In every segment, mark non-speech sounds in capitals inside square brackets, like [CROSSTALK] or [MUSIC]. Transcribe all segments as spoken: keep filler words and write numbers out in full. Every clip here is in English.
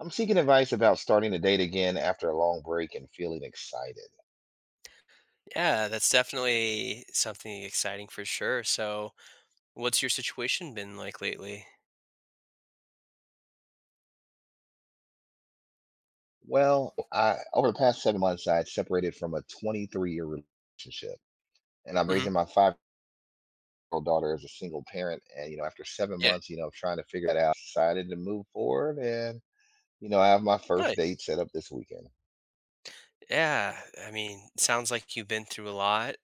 I'm seeking advice about starting a date again after a long break and feeling excited. Yeah, that's definitely something exciting for sure. So, what's your situation been like lately? Well, I over the past seven months, I had separated from a twenty-three year relationship, and I'm Hmm. raising my five year old daughter as a single parent. And you know, after seven Yeah, months, you know, of trying to figure that out, decided to move forward, and you know, I have my first date nice. set up this weekend. Yeah, I mean, sounds like you've been through a lot.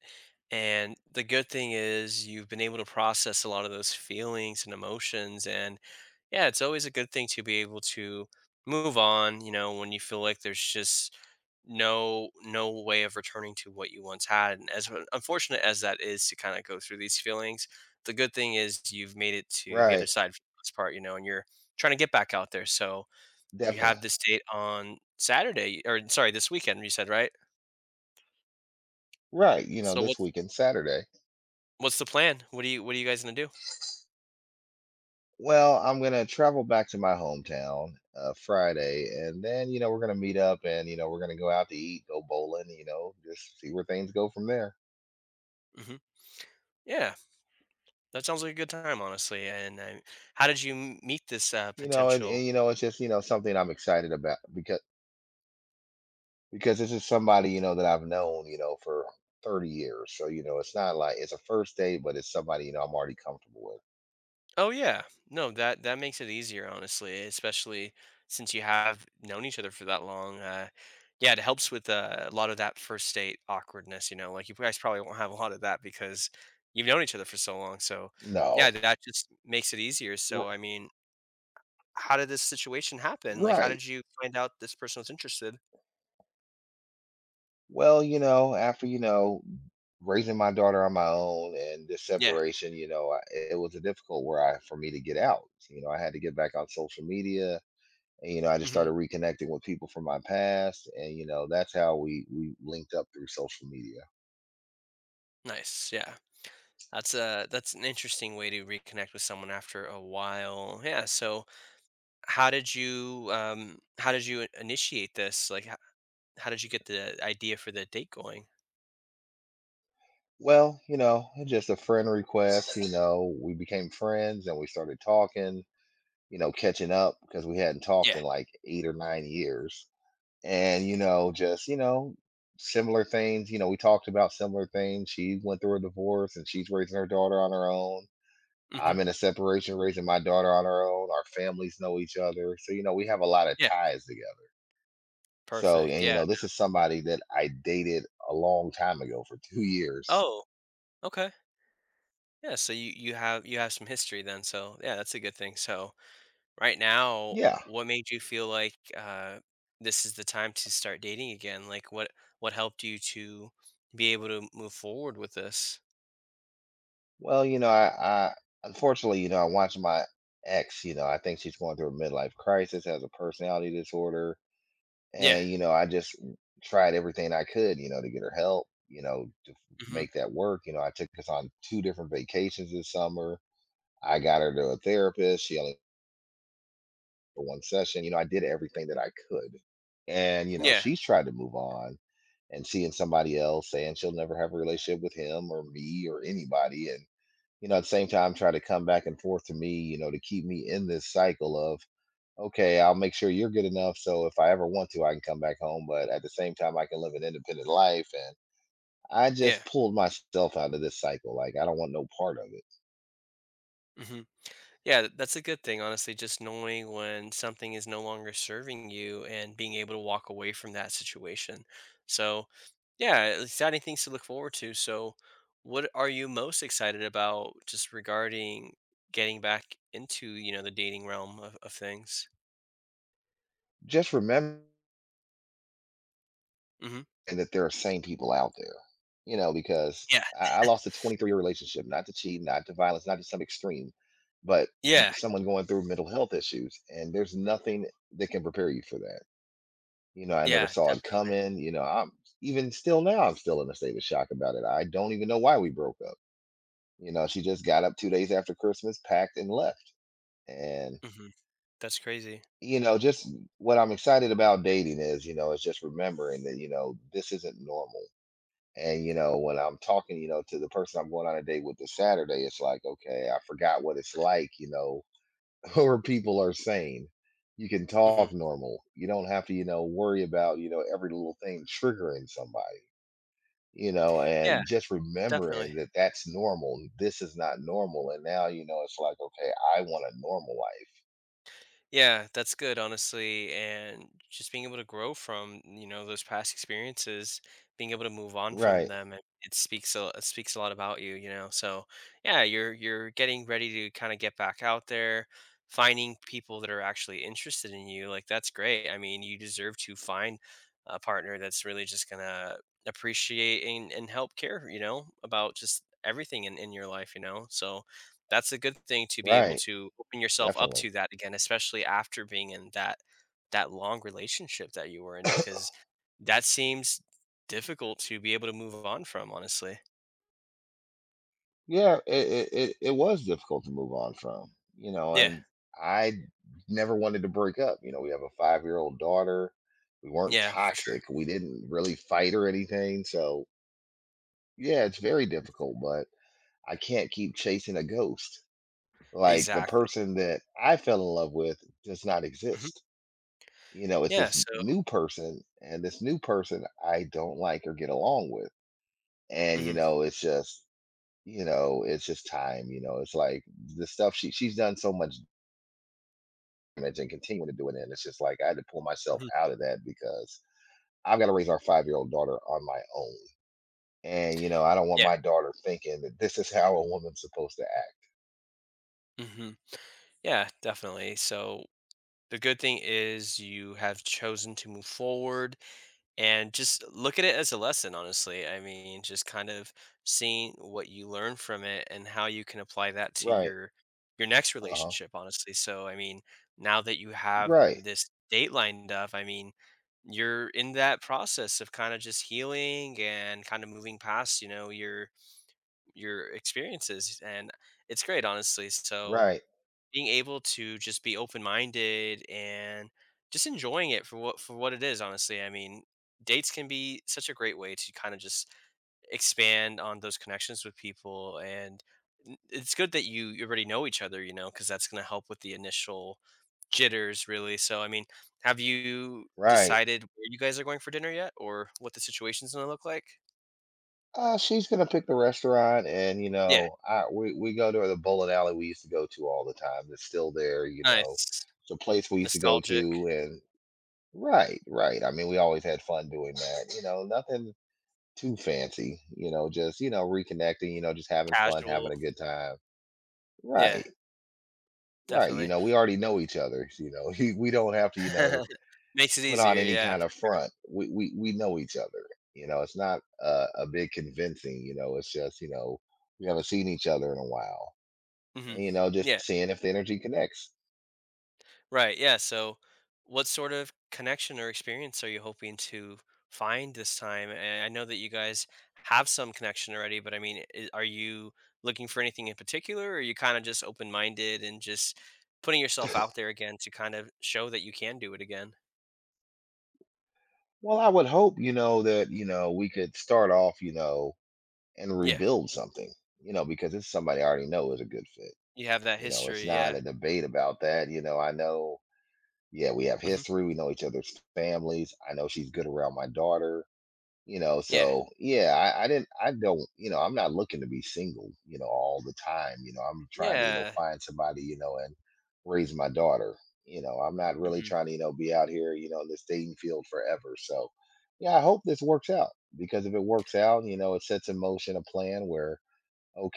And the good thing is you've been able to process a lot of those feelings and emotions. And yeah, it's always a good thing to be able to move on, you know, when you feel like there's just no no way of returning to what you once had. And as un- unfortunate as that is to kind of go through these feelings, the good thing is you've made it to the other Right, side for the most part, you know, and you're trying to get back out there. So you have definitely. this date on Saturday, or sorry, this weekend you said, right? Right, you know, So this what's weekend, Saturday. what's the plan? What do you, what are you guys gonna do? Well, I'm gonna travel back to my hometown uh, Friday, and then you know we're gonna meet up, and you know we're gonna go out to eat, go bowling, you know, just see where things go from there. Hmm. Yeah, that sounds like a good time, honestly. And I, how did you m- meet this uh, You know, and, potential? and you know it's just you know something I'm excited about because because this is somebody you know that I've known you know for thirty years, so you know it's not like it's a first date, but it's somebody you know I'm already comfortable with. Oh yeah. No, that that makes it easier, honestly, especially since you have known each other for that long. Uh, yeah, it helps with uh, a lot of that first date awkwardness. You know, like you guys probably won't have a lot of that because you've known each other for so long. So No, yeah, that just makes it easier. r- So I mean, how did this situation happen? Like, how right. did you find out this person was interested? Well, you know, after, you know, raising my daughter on my own and this Yeah. separation, you know, I, it was a difficult where I for me to get out. You know, I had to get back on social media, and you know, I just Hmm. started reconnecting with people from my past, and you know, that's how we we linked up through social media. Nice. Yeah. That's a that's an interesting way to reconnect with someone after a while. Yeah. So how did you um how did you i- initiate this, like how, how did you get the idea for the date going? Well, you know, just a friend request. You know, we became friends and we started talking. You know, catching up because we hadn't talked Yeah. in like eight or nine years, and you know just you know similar things, you know, we talked about similar things. She went through a divorce and she's raising her daughter on her own. Hmm. I'm in a separation raising my daughter on her own. Our families know each other, so you know we have a lot of Yeah, ties together. So, perfect, and you yeah. know this is somebody that I dated a long time ago for two years. Oh, okay, yeah. So you you have, you have some history then, so yeah, that's a good thing. So right now, Yeah. what made you feel like uh this is the time to start dating again? Like what what helped you to be able to move forward with this? Well, you know i, I unfortunately you know I watched my ex. You know, I think she's going through a midlife crisis, has a personality disorder, Yeah. and you know I just tried everything I could, you know, to get her help, you know to f- Hmm. make that work. You know, I took us on two different vacations this summer. I got her to a therapist. She only for one session. You know, I did everything that I could, and you know Yeah. she's tried to move on and seeing somebody else, saying she'll never have a relationship with him or me or anybody. And you know at the same time try to come back and forth to me, you know, to keep me in this cycle of, "Okay, I'll make sure you're good enough so if I ever want to, I can come back home, but at the same time, I can live an independent life." And I Yeah. just pulled myself out of this cycle. Like, I don't want no part of it. Hmm. Yeah, th- that's a good thing, honestly, just knowing when something is no longer serving you and being able to walk away from that situation. So, yeah, exciting things to look forward to. So, what are you most excited about just regarding getting back into, you know, the dating realm of, of things? Just remember Hmm. that there are sane people out there, you know, because Yeah, I, I lost a twenty-three year relationship, not to cheat, not to violence, not to some extreme, but m- yeah, someone going through mental health issues. And there's nothing that can prepare you for that. You know, I never yeah, saw it definitely. coming. You know, I'm even still now, I'm still in a state of shock about it. I don't even know why we broke up. You know, she just got up two days after Christmas, packed, and left, and, Hmm. That's crazy. you know, just what I'm excited about dating is, you know, is just remembering that, you know, this isn't normal, and, you know, when I'm talking, you know, to the person I'm going on a date with this Saturday, it's like, "Okay, I forgot what it's like," you know, [LAUGHS] where people are sane. You can Hmm. talk normal. You don't have to, you know, worry about, you know, every little thing triggering somebody. You know, Yeah, and just definitely. remembering that that's normal. This is not normal. And now, you know, it's like, okay, I want a normal life. Yeah, that's good, honestly. And just being able to grow from, you know, those past experiences, being able to move on from Right, them, it, it speaks a, it speaks a lot about you, you know. So yeah, you're you're getting ready to kind of get back out there, finding people that are actually interested in you. Like, that's great. I mean, you deserve to find a partner that's really just gonna appreciate and, and help care, you know, about just everything in, in your life, you know. So that's a good thing to be able right, to open yourself up definitely. to that again, especially after being in that that long relationship that you were in, [COUGHS] because that seems difficult to be able to move on from, honestly. Yeah, it, it, it it was difficult to move on from, you know, Yeah. and I never wanted to break up. You know, we have a five year old daughter. We weren't Yeah, for sure. toxic. We didn't really fight or anything. So, yeah, it's very difficult, but I can't keep chasing a ghost. Like, the Exactly. person that I fell in love with does not Mhm. exist. You know, it's Yeah, this so new person, and this new person I don't like or get along with. And, you mhm, know, it's just, you know, it's just time. You know, it's like the stuff she she's done so much damage and continuing to do it. And it's just like I had to pull myself mhm, out of that because I've got to raise our five year old daughter on my own. And, you know, I don't want yeah, my daughter thinking that this is how a woman's supposed to act. mhm. Yeah, definitely. So the good thing is you have chosen to move forward and just look at it as a lesson, honestly. I mean, just kind of seeing what you learn from it and how you can apply that to Right. your your next Uh huh. relationship, honestly. So I mean, now that you have Right. this date lined up, I mean, you're in that process of kind of just healing and kind of moving past, you know, your your experiences, and it's great, honestly. So Right. being able to just be open-minded and just enjoying it for what, for what it is, honestly. I mean, dates can be such a great way to kind of just expand on those connections with people. And n- it's good that you you already know each other, you know, because that's going to help with the initial jitters, really. So, I mean, have you Right. decided where you guys are going for dinner yet, or what the situation's going to look like? Uh, she's gonna pick the restaurant, and you Yeah, know, I we we go to the bowling alley we used to go to all the time. It's still there, you know. nice. It's a place we used to go Nostalgic, to, and right, right. I mean, we always had fun doing that. You know, nothing too fancy. You know, just you know, reconnecting. You know, just having fun, casual. having a good time. Yeah, Right, right. You definitely. know, we already know each other. You know, [LAUGHS] we we don't have to. You know, [LAUGHS] Makes it put easier, on any yeah, kind for of sure. front. We we we know each other. You know, it's not a, a big convincing. You know, it's just you know we haven't seen each other in a while, Mhm. and you know just Yeah, seeing if the energy connects. right, yeah, so what sort of connection or experience are you hoping to find this time? And I know that you guys have some connection already, but I mean, I are you looking for anything in particular, or are you kinda just open-minded and just putting yourself out there again to kind of show that you can do it again? Well, I would hope you know that you know we could start off you know and Yeah, rebuild something. You know, because it's somebody I already know is a good fit. you have that You know, it's history, not yeah. a debate about that. You know, I know. Yeah, we have Mhm. history. We know each other's families. I know she's good around my daughter. You know, Yeah. so yeah, I, I didn't I don't you know I'm not looking to be single, you know, all the time. You know, I'm trying to, you know, Yeah. find somebody, you know, and raise my daughter. You know, I'm not really Mhm. trying to, you know, be out here, you know, in this dating field forever. So yeah, I hope this works out, because if it works out, you know, it sets in motion a plan where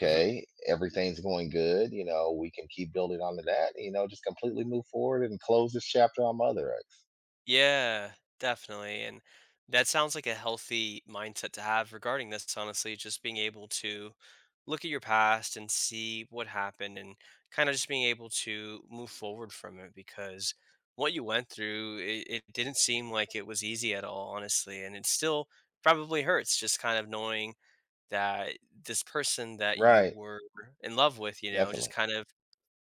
Mhm. everything's going good, you know, we can keep building onto that, you know, just completely move forward and close this chapter on mother x. Yeah, definitely. And that sounds like a healthy mindset to have regarding this, honestly, just being able to look at your past and see what happened, and kind of just being able to move forward from it. Because what you went through, it, it didn't seem like it was easy at all, honestly. And it still probably hurts, just kind of knowing that this person that you Right, were in love with, you know, just definitely. kind of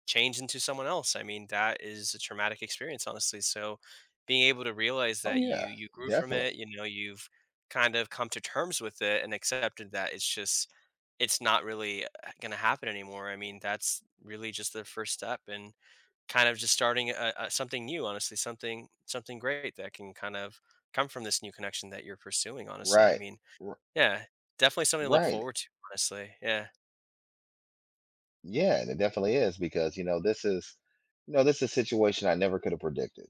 change into someone else. I mean, that is a traumatic experience, honestly. So being able to realize Oh that you yeah, you grew from definitely. it, you know, you've kind of come to terms with it and accepted that it's just, it's not really going to happen anymore. I mean, that's really just the first step. And kind of just starting a, a, something new, honestly, something, something great that can kind of come from this new connection that you're pursuing, honestly. I Right. mean, yeah, definitely something to look Right. forward to, honestly. Yeah. Yeah, and it definitely is because, you know, this is, you know, this is a situation I never could have predicted.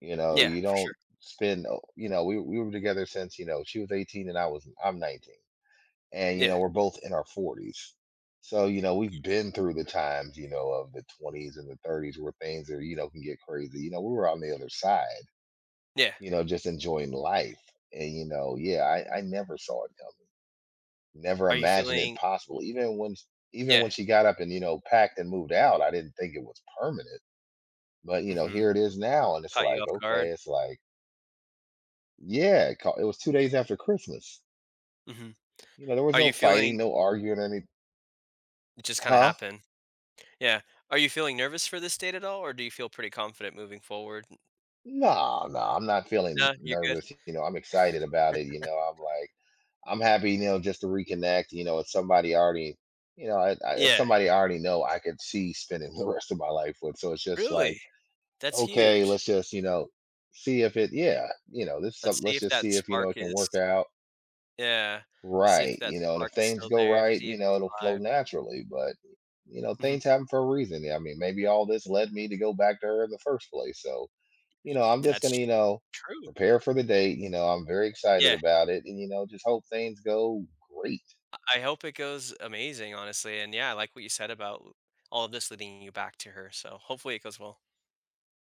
You know, Yeah, you for sure. don't spend, oh, you know, we we were together since, you know, she was eighteen and I was I'm nineteen. And, you Yeah. know, we're both in our forties. So, you know, we've been through the times, you know, of the twenties and the thirties where things are, you know, can get crazy. You know, we were on the other side, Yeah. you know, just enjoying life. And, you know, yeah, I, I never saw it, never Are you imagined it feeling, possible. Even when even yeah. when she got up and, you know, packed and moved out, I didn't think it was permanent. But, you know, Mhm. here it is now and it's Caught you like, off guard. okay, it's like, yeah, it, ca- it was two days after Christmas. Mhm. You know, there was Are you no feeling, fighting, no arguing or any, it just kinda huh? happened. Yeah. Are you feeling nervous for this date at all, or do you feel pretty confident moving forward? No, no, I'm not feeling No, you're good? nervous, you know, I'm excited about it, you know. I'm like I'm happy, you know, just to reconnect, you know, it's somebody I already you know, I, I, it's Yeah. somebody I already know I could see spending [LAUGHS] the rest of my life with. So it's just Really? like, That's okay, huge. let's just, you know, see if it, yeah, you know, this Let's something, see let's if just that see if, you know, spark it can is, work out yeah. See if right, that you know, and if spark is things still go there, right, see you if know, it's it'll flow alive. naturally. But, you know, Mhm. things happen for a reason. Yeah, I mean, maybe all this led me to go back to her in the first place. So, you Y know, I'm just that's going to, tr you know, True. prepare for the date. You know, I'm very excited Yeah. about it and, you know, just hope things go great. I I hope it goes amazing, honestly, and yeah, I like what you said about all of this leading you back to her, so hopefully it goes well.